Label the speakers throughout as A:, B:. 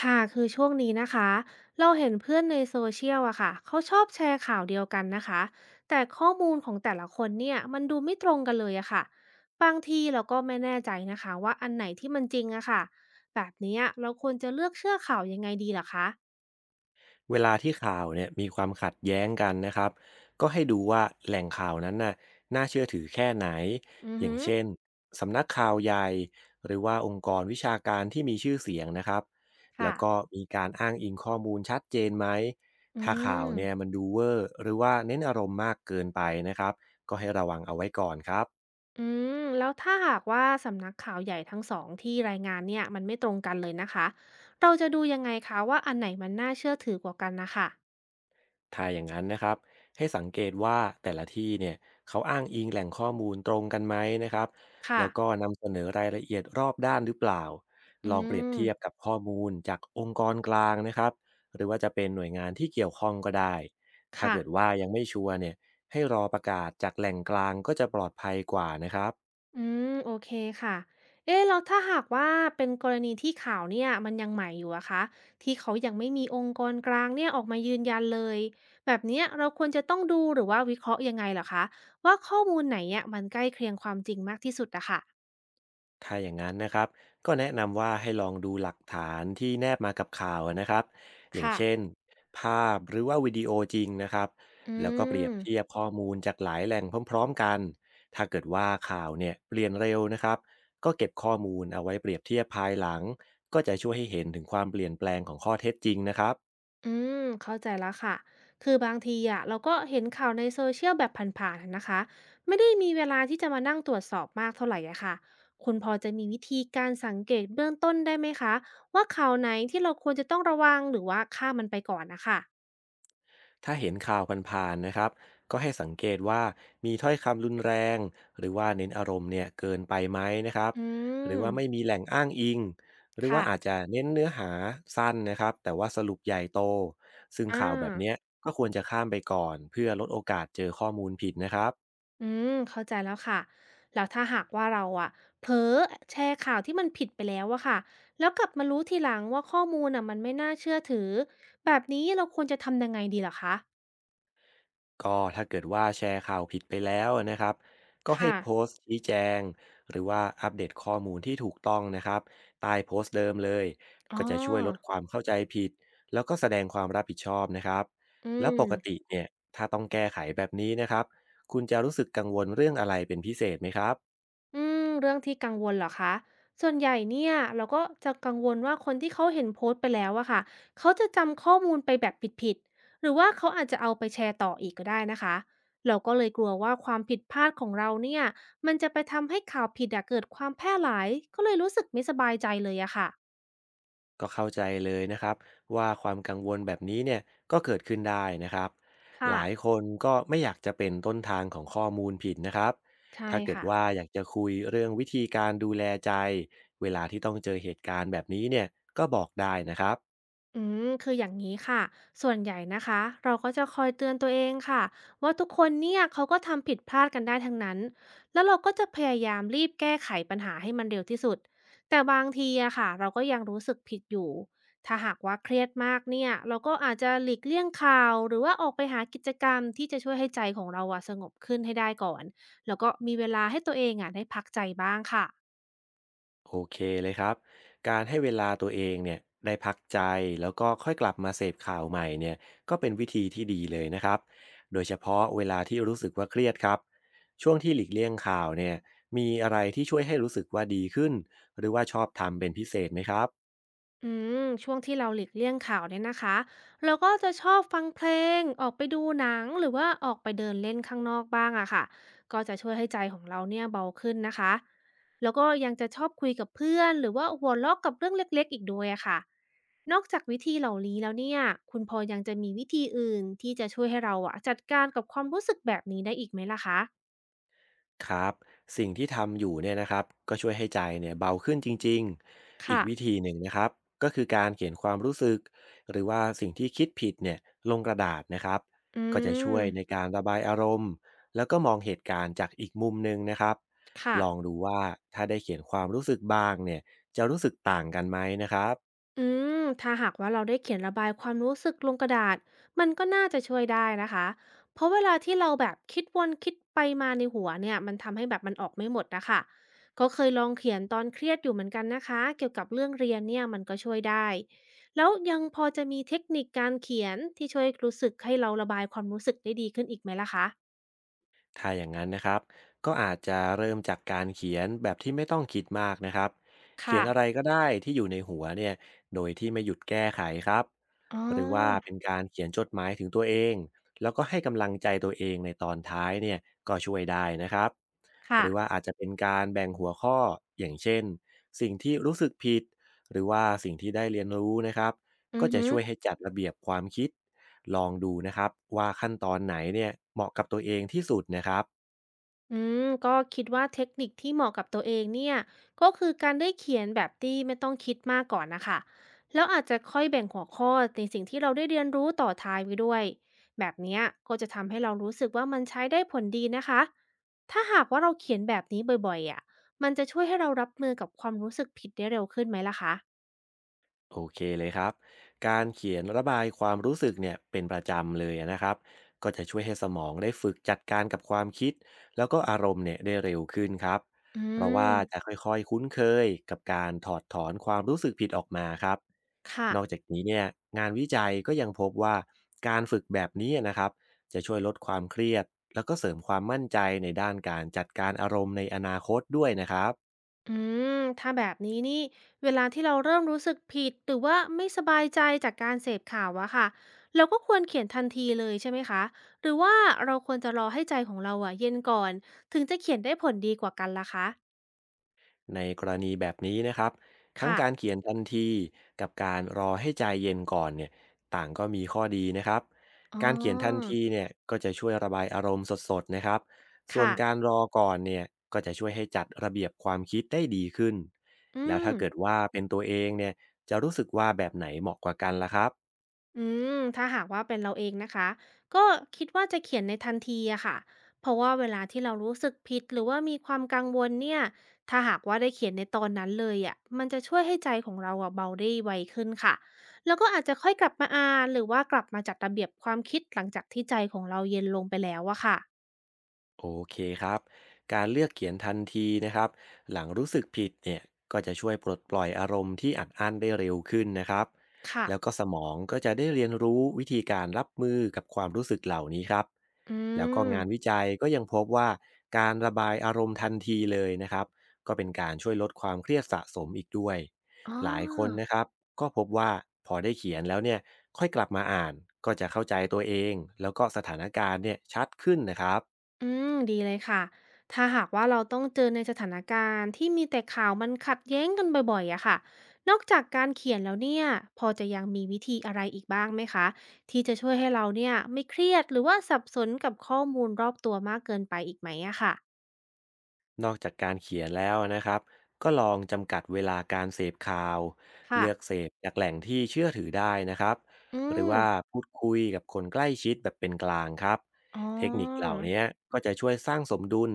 A: ค่ะคือช่วงนี้นะคะเราเห็นเพื่อนในโซเชียลอะค่ะเขาชอบแชร์ข่าวเดียวกันนะคะแต่ข้อมูลของแต่ละคนเนี่ยมันดูไม่ตรงกันเลยอะค่ะบางทีเราก็ไม่แน่ใจนะคะว่าอันไหนที่มันจริงอะค่ะแบบเนี้ยเราควรจะเลือกเชื่อข่าวยังไงดีล่ะคะ
B: เวลาที่ข่าวเนี่ยมีความขัดแย้งกันนะครับก็ให้ดูว่าแหล่งข่าวนั้นน่ะน่าเชื่อถือแค่ไหน
A: อือ
B: อย่า
A: ฮึ
B: งเช่นสำนักข่าวใหญ่หรือว่าองค์กรวิชาการที่มีชื่อเสียงนะครับแล้
A: ค่ะ
B: วก็มีการอ้างอิงข้อมูลชัดเจนไหม
A: อื
B: ถ้าข่าว
A: ม
B: เนี่ยมันดูเวอร์หรือว่าเน้นอารมณ์มากเกินไปนะครับก็ให้ระวังเอาไว้ก่อนครับ
A: อืมแล้วถ้าหากว่าสำนักข่าวใหญ่ทั้งสองที่รายงานเนี่ยมันไม่ตรงกันเลยนะคะเราจะดูยังไงคะว่าอันไหนมันน่าเชื่อถือกว่ากันนะคะ
B: ถ้าอย่างนั้นนะครับให้สังเกตว่าแต่ละที่เนี่ยเขาอ้างอิงแหล่งข้อมูลตรงกันไหมนะครับ
A: ค่ะ
B: แล้วก็นำเสนอรายละเอียดรอบด้านหรือเปล่า
A: อื
B: ลองเปรียบเทียบ
A: ม
B: กับข้อมูลจากองค์กรกลางนะครับหรือว่าจะเป็นหน่วยงานที่เกี่ยวข้องก็ได้ถ้า
A: ค่ะ
B: เกิดว่ายังไม่ชัวร์เนี่ยให้รอประกาศจากแหล่งกลางก็จะปลอดภัยกว่านะครับ
A: อืมโอเคค่ะ เอ๊ะแล้วถ้าหากว่าเป็นกรณีที่ข่าวเนี่ยมันยังใหม่อยู่อะคะที่เขายังไม่มีองค์กรกลางเนี่ยออกมายืนยันเลยแบบเนี้ยเราควรจะต้องดูหรือว่าวิเคราะห์ยังไงเหรอคะว่าข้อมูลไหนเนี่ยมันใกล้เคียงความจริงมากที่สุดอะค่ะ
B: ถ้าอย่างนั้นนะครับก็แนะนำว่าให้ลองดูหลักฐานที่แนบมากับข่าวนะครับอย่าง
A: ค่ะ
B: เช่นภาพหรือว่าวิดีโอจริงนะครับ
A: อื
B: แล้วก็เปรีย
A: ม
B: บเทียบข้อมูลจากหลายแหล่งพร้อมๆกันถ้าเกิดว่าข่าวเนี่ยเปลี่ยนเร็วนะครับก็เก็บข้อมูลเอาไว้เปรียบเทียบภายหลังก็จะช่วยให้เห็นถึงความเปลี่ยนแปลงของข้อเท็จจริงนะครับ
A: อืมเข้าใจแล้วค่ะคือบางทีอะเราก็เห็นข่าวในโซเชียลแบบผ่านๆนะคะไม่ได้มีเวลาที่จะมานั่งตรวจสอบมากเท่าไหร่อะค่ะคุณพอจะมีวิธีการสังเกตเบื้องต้นได้ไหมคะว่าข่าวไหนที่เราควรจะต้องระวังหรือว่าข้ามมันไปก่อนนะคะ
B: ถ้าเห็นข่าวผ่านๆนะครับก็ให้สังเกตว่ามีถ้อยคำรุนแรงหรือว่าเน้นอารมณ์เนี่ยเกินไปไหมนะครับ
A: อื
B: หรือ
A: ม
B: ว่าไม่มีแหล่งอ้างอิงหรือว่า
A: ค่ะ
B: อาจจะเน้นเนื้อหาสั้นนะครับแต่ว่าสรุปใหญ่โตซึ่ง
A: อ่
B: ข่าวแบ
A: า
B: บเนี้ยก็ควรจะข้ามไปก่อนเพื่อลดโอกาสเจอข้อมูลผิดนะครับ
A: อืมเข้าใจแล้วค่ะแล้วถ้าหากว่าเราอะเผลอแชร์ข่าวที่มันผิดไปแล้วอะค่ะแล้วกลับมารู้ทีหลังว่าข้อมูลอะมันไม่น่าเชื่อถือแบบนี้เราควรจะทำยังไงดีลหรอคะ
B: ก็ถ้าเกิดว่าแชร์ข่าวผิดไปแล้วนะครับก็ให้
A: ค่ะ
B: โพสต์ชี้แจงหรือว่าอัปเดตข้อมูลที่ถูกต้องนะครับใต้โพสต์เดิมเลย
A: อ๋อ
B: ก็จะช่วยลดความเข้าใจผิดแล้วก็แสดงความรับผิดชอบนะครับ
A: อื
B: แล้ว
A: ม
B: ปกติเนี่ยถ้าต้องแก้ไขแบบนี้นะครับคุณจะรู้สึกกังวลเรื่องอะไรเป็นพิเศษไหมครับ
A: อืมเรื่องที่กังวลเหรอคะส่วนใหญ่เนี่ยเราก็จะกังวลว่าคนที่เขาเห็นโพสต์ไปแล้วอะค่ะเขาจะจำข้อมูลไปแบบผิดๆหรือว่าเขาอาจจะเอาไปแชร์ต่ออีกก็ได้นะคะเราก็เลยกลัวว่าความผิดพลาดของเราเนี่ยมันจะไปทำให้ข่าวผิดอะเกิดความแพร่หลายก็เลยรู้สึกไม่สบายใจเลยอะค่ะ
B: ก็เข้าใจเลยนะครับว่าความกังวลแบบนี้เนี่ยก็เกิดขึ้นได้นะครับห
A: ค่ะ
B: ลายคนก็ไม่อยากจะเป็นต้นทางของข้อมูลผิดนะครับ
A: ใช่
B: ถ้าเกิด
A: ค่ะ
B: ว่าอยากจะคุยเรื่องวิธีการดูแลใจเวลาที่ต้องเจอเหตุการณ์แบบนี้เนี่ยก็บอกได้นะครับ
A: อืมคืออย่างนี้ค่ะส่วนใหญ่นะคะเราก็จะคอยเตือนตัวเองค่ะว่าทุกคนเนี่ยเขาก็ทำผิดพลาดกันได้ทั้งนั้นแล้วเราก็จะพยายามรีบแก้ไขปัญหาให้มันเร็วที่สุดแต่บางทีอะค่ะเราก็ยังรู้สึกผิดอยู่ถ้าหากว่าเครียดมากเนี่ยเราก็อาจจะหลีกเลี่ยงข่าวหรือว่าออกไปหากิจกรรมที่จะช่วยให้ใจของเราอะสงบขึ้นให้ได้ก่อนแล้วก็มีเวลาให้ตัวเองอะได้พักใจบ้างค่ะ
B: โอเคเลยครับการให้เวลาตัวเองเนี่ยได้พักใจแล้วก็ค่อยกลับมาเสพข่าวใหม่เนี่ยก็เป็นวิธีที่ดีเลยนะครับโดยเฉพาะเวลาที่รู้สึกว่าเครียดครับช่วงที่หลีกเลี่ยงข่าวเนี่ยมีอะไรที่ช่วยให้รู้สึกว่าดีขึ้นหรือว่าชอบทำเป็นพิเศษไหมครับ
A: อืมช่วงที่เราหลีกเลี่ยงข่าวเนี่ยนะคะเราก็จะชอบฟังเพลงออกไปดูหนังหรือว่าออกไปเดินเล่นข้างนอกบ้างอะค่ะก็จะช่วยให้ใจของเราเนี่ยเบาขึ้นนะคะแล้วก็ยังจะชอบคุยกับเพื่อนหรือว่าหัวเราะกับเรื่องเล็กๆอีกด้วยอะค่ะนอกจากวิธีเหล่านี้แล้วเนี่ยคุณพอยังจะมีวิธีอื่นที่จะช่วยให้เราอะจัดการกับความรู้สึกแบบนี้ได้อีกไหมล่ะคะ
B: ครับสิ่งที่ทำอยู่เนี่ยนะครับก็ช่วยให้ใจเนี่ยเบาขึ้นจริงๆอีก
A: ค่ะ
B: วิธีหนึ่งนะครับก็คือการเขียนความรู้สึกหรือว่าสิ่งที่คิดผิดเนี่ยลงกระดาษนะครับ
A: อื
B: ก็จะช่
A: ม
B: วยในการระบายอารมณ์แล้วก็มองเหตุการณ์จากอีกมุมหนึ่งนะครับ
A: ค่ะ
B: ลองดูว่าถ้าได้เขียนความรู้สึกบ้างเนี่ยจะรู้สึกต่างกันไหมนะครับ
A: อืม ถ้าหากว่าเราได้เขียนระบายความรู้สึกลงกระดาษ มันก็น่าจะช่วยได้นะคะเพราะเวลาที่เราแบบคิดวนคิดไปมาในหัวเนี่ยมันทำให้แบบมันออกไม่หมดนะคะก็เคยลองเขียนตอนเครียดอยู่เหมือนกันนะคะ เกี่ยวกับเรื่องเรียนเนี่ยมันก็ช่วยได้ แล้วยังพอจะมีเทคนิคการเขียนที่ช่วยรู้สึกให้เราระบายความรู้สึกได้ดีขึ้นอีกไหมล่ะคะ
B: ถ้าอย่างนั้นนะครับก็อาจจะเริ่มจากการเขียนแบบที่ไม่ต้องคิดมากนะครับเขีย
A: ค่ะ
B: นอะไรก็ได้ที่อยู่ในหัวเนี่ยโดยที่ไม่หยุดแก้ไขครับ
A: อ๋อ
B: หรือว่าเป็นการเขียนจดหมายถึงตัวเองแล้วก็ให้กำลังใจตัวเองในตอนท้ายเนี่ยก็ช่วยได้นะครับห
A: ค่ะ
B: รือว่าอาจจะเป็นการแบ่งหัวข้ออย่างเช่นสิ่งที่รู้สึกผิดหรือว่าสิ่งที่ได้เรียนรู้นะครับ
A: อื
B: ก็
A: อ
B: จะ
A: ฮึ
B: ช่วยให้จัดระเบียบความคิดลองดูนะครับว่าขั้นตอนไหนเนี่ยเหมาะกับตัวเองที่สุดนะครับ
A: อืมก็คิดว่าเทคนิคที่เหมาะกับตัวเองเนี่ยก็คือการได้เขียนแบบที่ไม่ต้องคิดมากก่อนนะคะแล้วอาจจะค่อยแบ่งหัวข้อในสิ่งที่เราได้เรียนรู้ต่อท้ายไว้ด้วยแบบเนี้ยก็จะทำให้เรารู้สึกว่ามันใช้ได้ผลดีนะคะถ้าหากว่าเราเขียนแบบนี้บ่อยๆอ่ะมันจะช่วยให้เรารับมือกับความรู้สึกผิดได้เร็วขึ้นไหมล่ะคะ
B: โอเคเลยครับการเขียนระบายความรู้สึกเนี่ยเป็นประจำเลยนะครับก็จะช่วยให้สมองได้ฝึกจัดการกับความคิดแล้วก็อารมณ์เนี่ยได้เร็วขึ้นครับ
A: อื
B: เพราะ
A: ม
B: ว่าจะค่อยๆคุ้นเคยกับการถอดถอนความรู้สึกผิดออกมาครับ
A: ค่ะ
B: นอกจากนี้เนี่ยงานวิจัยก็ยังพบว่าการฝึกแบบนี้นะครับจะช่วยลดความเครียดแล้วก็เสริมความมั่นใจในด้านการจัดการอารมณ์ในอนาคตด้วยนะครับ
A: อืมถ้าแบบนี้นี่เวลาที่เราเริ่มรู้สึกผิดหรือว่าไม่สบายใจจากการเสพข่าวอะค่ะเราก็ควรเขียนทันทีเลยใช่ไหมคะหรือว่าเราควรจะรอให้ใจของเราอะเย็นก่อนถึงจะเขียนได้ผลดีกว่ากันล่ะคะ
B: ในกรณีแบบนี้นะครับทั้ง
A: ค่ะ
B: การเขียนทันทีกับการรอให้ใจเย็นก่อนเนี่ยต่างก็มีข้อดีนะครับ
A: อ๋อ
B: การเขียนทันทีเนี่ยก็จะช่วยระบายอารมณ์สดๆนะครับส่วน
A: ค่ะ
B: การรอก่อนเนี่ยก็จะช่วยให้จัดระเบียบความคิดได้ดีขึ้น
A: อื
B: แล้ว
A: ม
B: ถ้าเกิดว่าเป็นตัวเองเนี่ยจะรู้สึกว่าแบบไหนเหมาะกว่ากันล่ะครับ
A: อืมถ้าหากว่าเป็นเราเองนะคะก็คิดว่าจะเขียนในทันทีอะค่ะ เพราะว่าเวลาที่เรารู้สึกผิดหรือว่ามีความกังวลเนี่ย ถ้าหากว่าได้เขียนในตอนนั้นเลยอะมันจะช่วยให้ใจของเราอะเบาได้ไวขึ้นค่ะแล้วก็อาจจะค่อยกลับมาอ่านหรือว่ากลับมาจัดระเบียบความคิดหลังจากที่ใจของเราเย็นลงไปแล้วอะค่ะ
B: โอเคครับ การเลือกเขียนทันทีนะครับหลังรู้สึกผิดเนี่ยก็จะช่วยปลดปล่อยอารมณ์ที่อัดอั้นได้เร็วขึ้นนะครับ
A: ค่ะ
B: แล้วก็สมองก็จะได้เรียนรู้วิธีการรับมือกับความรู้สึกเหล่านี้ครับ
A: อื
B: แล้วก็
A: ม
B: งานวิจัยก็ยังพบว่าการระบายอารมณ์ทันทีเลยนะครับก็เป็นการช่วยลดความเครียดสะสมอีกด้วย
A: อ๋อ
B: หลายคนนะครับก็พบว่าพอได้เขียนแล้วเนี่ยค่อยกลับมาอ่านก็จะเข้าใจตัวเองแล้วก็สถานการณ์เนี่ยชัดขึ้นนะครับ
A: อืมดีเลยค่ะถ้าหากว่าเราต้องเจอในสถานการณ์ที่มีแต่ข่าวมันขัดแย้งกันบ่อยๆอะค่ะนอกจากการเขียนแล้วเนี่ยพอจะยังมีวิธีอะไรอีกบ้างไหมคะที่จะช่วยให้เราเนี่ยไม่เครียดหรือว่าสับสนกับข้อมูลรอบตัวมากเกินไปอีกไหมอะค่ะ
B: นอกจากการเขียนแล้วนะครับก็ลองจำกัดเวลาการเสพข่าว
A: ค่ะ
B: เลือกเสพจากแหล่งที่เชื่อถือได้นะครับ
A: อื
B: หรือ
A: ม
B: ว่าพูดคุยกับคนใกล้ชิดแบบเป็นกลางครับ
A: อ๋อ
B: เทคนิคเหล่านี้ก็จะช่วยสร้างสมดุล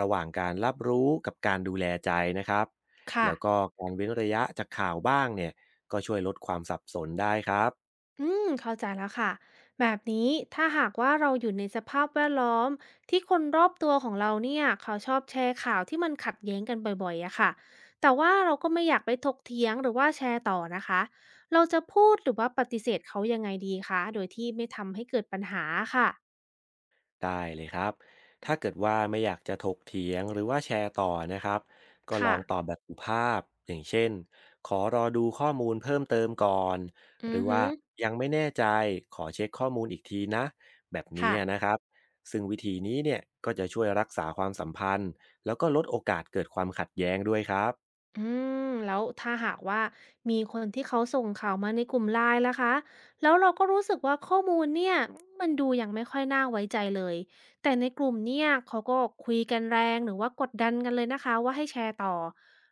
B: ระหว่างการรับรู้กับการดูแลใจนะครับ
A: ค่ะ
B: แล้วก็การเว้นระยะจากข่าวบ้างเนี่ยก็ช่วยลดความสับสนได้ครับ
A: อืมเข้าใจแล้วค่ะแบบนี้ถ้าหากว่าเราอยู่ในสภาพแวดล้อมที่คนรอบตัวของเราเนี่ยเขาชอบแชร์ข่าวที่มันขัดแย้งกันบ่อยๆอะค่ะแต่ว่าเราก็ไม่อยากไปถกเถียงหรือว่าแชร์ต่อนะคะเราจะพูดหรือว่าปฏิเสธเขายังไงดีคะโดยที่ไม่ทำให้เกิดปัญหาค่ะ
B: ได้เลยครับ ถ้าเกิดว่าไม่อยากจะถกเถียงหรือว่าแชร์ต่อนะครับ ก็ลอ
A: ค่ะ
B: งตอบแบบสุภาพอย่างเช่นขอรอดูข้อมูลเพิ่มเติมก่อน
A: อื
B: หรื
A: อ
B: อ
A: ฮึ
B: ว่ายังไม่แน่ใจขอเช็คข้อมูลอีกทีนะแบบนี้
A: ค่ะ
B: นะครับซึ่งวิธีนี้เนี่ยก็จะช่วยรักษาความสัมพันธ์แล้วก็ลดโอกาสเกิดความขัดแย้งด้วยครับ
A: อืมแล้วถ้าหากว่ามีคนที่เขาส่งข่าวมาในกลุ่มไลน์ล่ะคะแล้วเราก็รู้สึกว่าข้อมูลเนี่ยมันดูยังไม่ค่อยน่าไว้ใจเลยแต่ในกลุ่มเนี่ยเขาก็คุยกันแรงหรือว่ากดดันกันเลยนะคะว่าให้แชร์ต่อ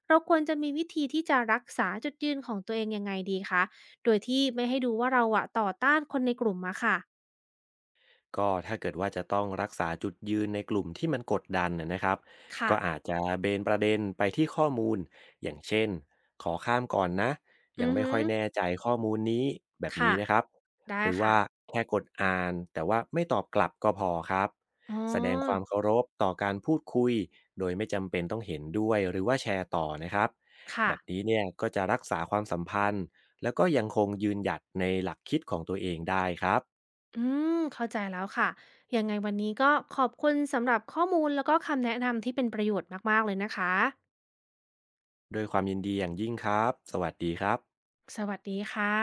A: เราควรจะมีวิธีที่จะรักษาจุดยืนของตัวเองยังไงดีคะโดยที่ไม่ให้ดูว่าเราอะต่อต้านคนในกลุ่มมาค่ะ
B: ก็ถ้าเกิดว่าจะต้องรักษาจุดยืนในกลุ่มที่มันกดดันนะครับ
A: ค่ะ
B: ก็อาจจะเบนประเด็นไปที่ข้อมูลอย่างเช่นขอข้ามก่อนนะยั
A: อื
B: ง
A: อ
B: ไม่
A: ฮึ
B: ค่อยแน่ใจข้อมูลนี้แบบนี้
A: ค่ะ
B: นะครับ
A: ได้
B: หรือ
A: ค่ะ
B: ว่าแค่กดอ่านแต่ว่าไม่ตอบกลับก็พอครับ
A: อ๋อ
B: แสดงความเคารพต่อการพูดคุยโดยไม่จำเป็นต้องเห็นด้วยหรือว่าแชร์ต่อนะครับแบ
A: ค่ะ
B: บนี้เนี่ยก็จะรักษาความสัมพันธ์แล้วก็ยังคงยืนหยัดในหลักคิดของตัวเองได้ครับ
A: อืมเข้าใจแล้วค่ะ ยังไงวันนี้ก็ขอบคุณสำหรับข้อมูลแล้วก็คำแนะนำที่เป็นประโยชน์มากๆเลยนะคะ
B: ด้วยความยินดีอย่างยิ่งครับ สวัสดีครับ
A: สวัสดีค่ะ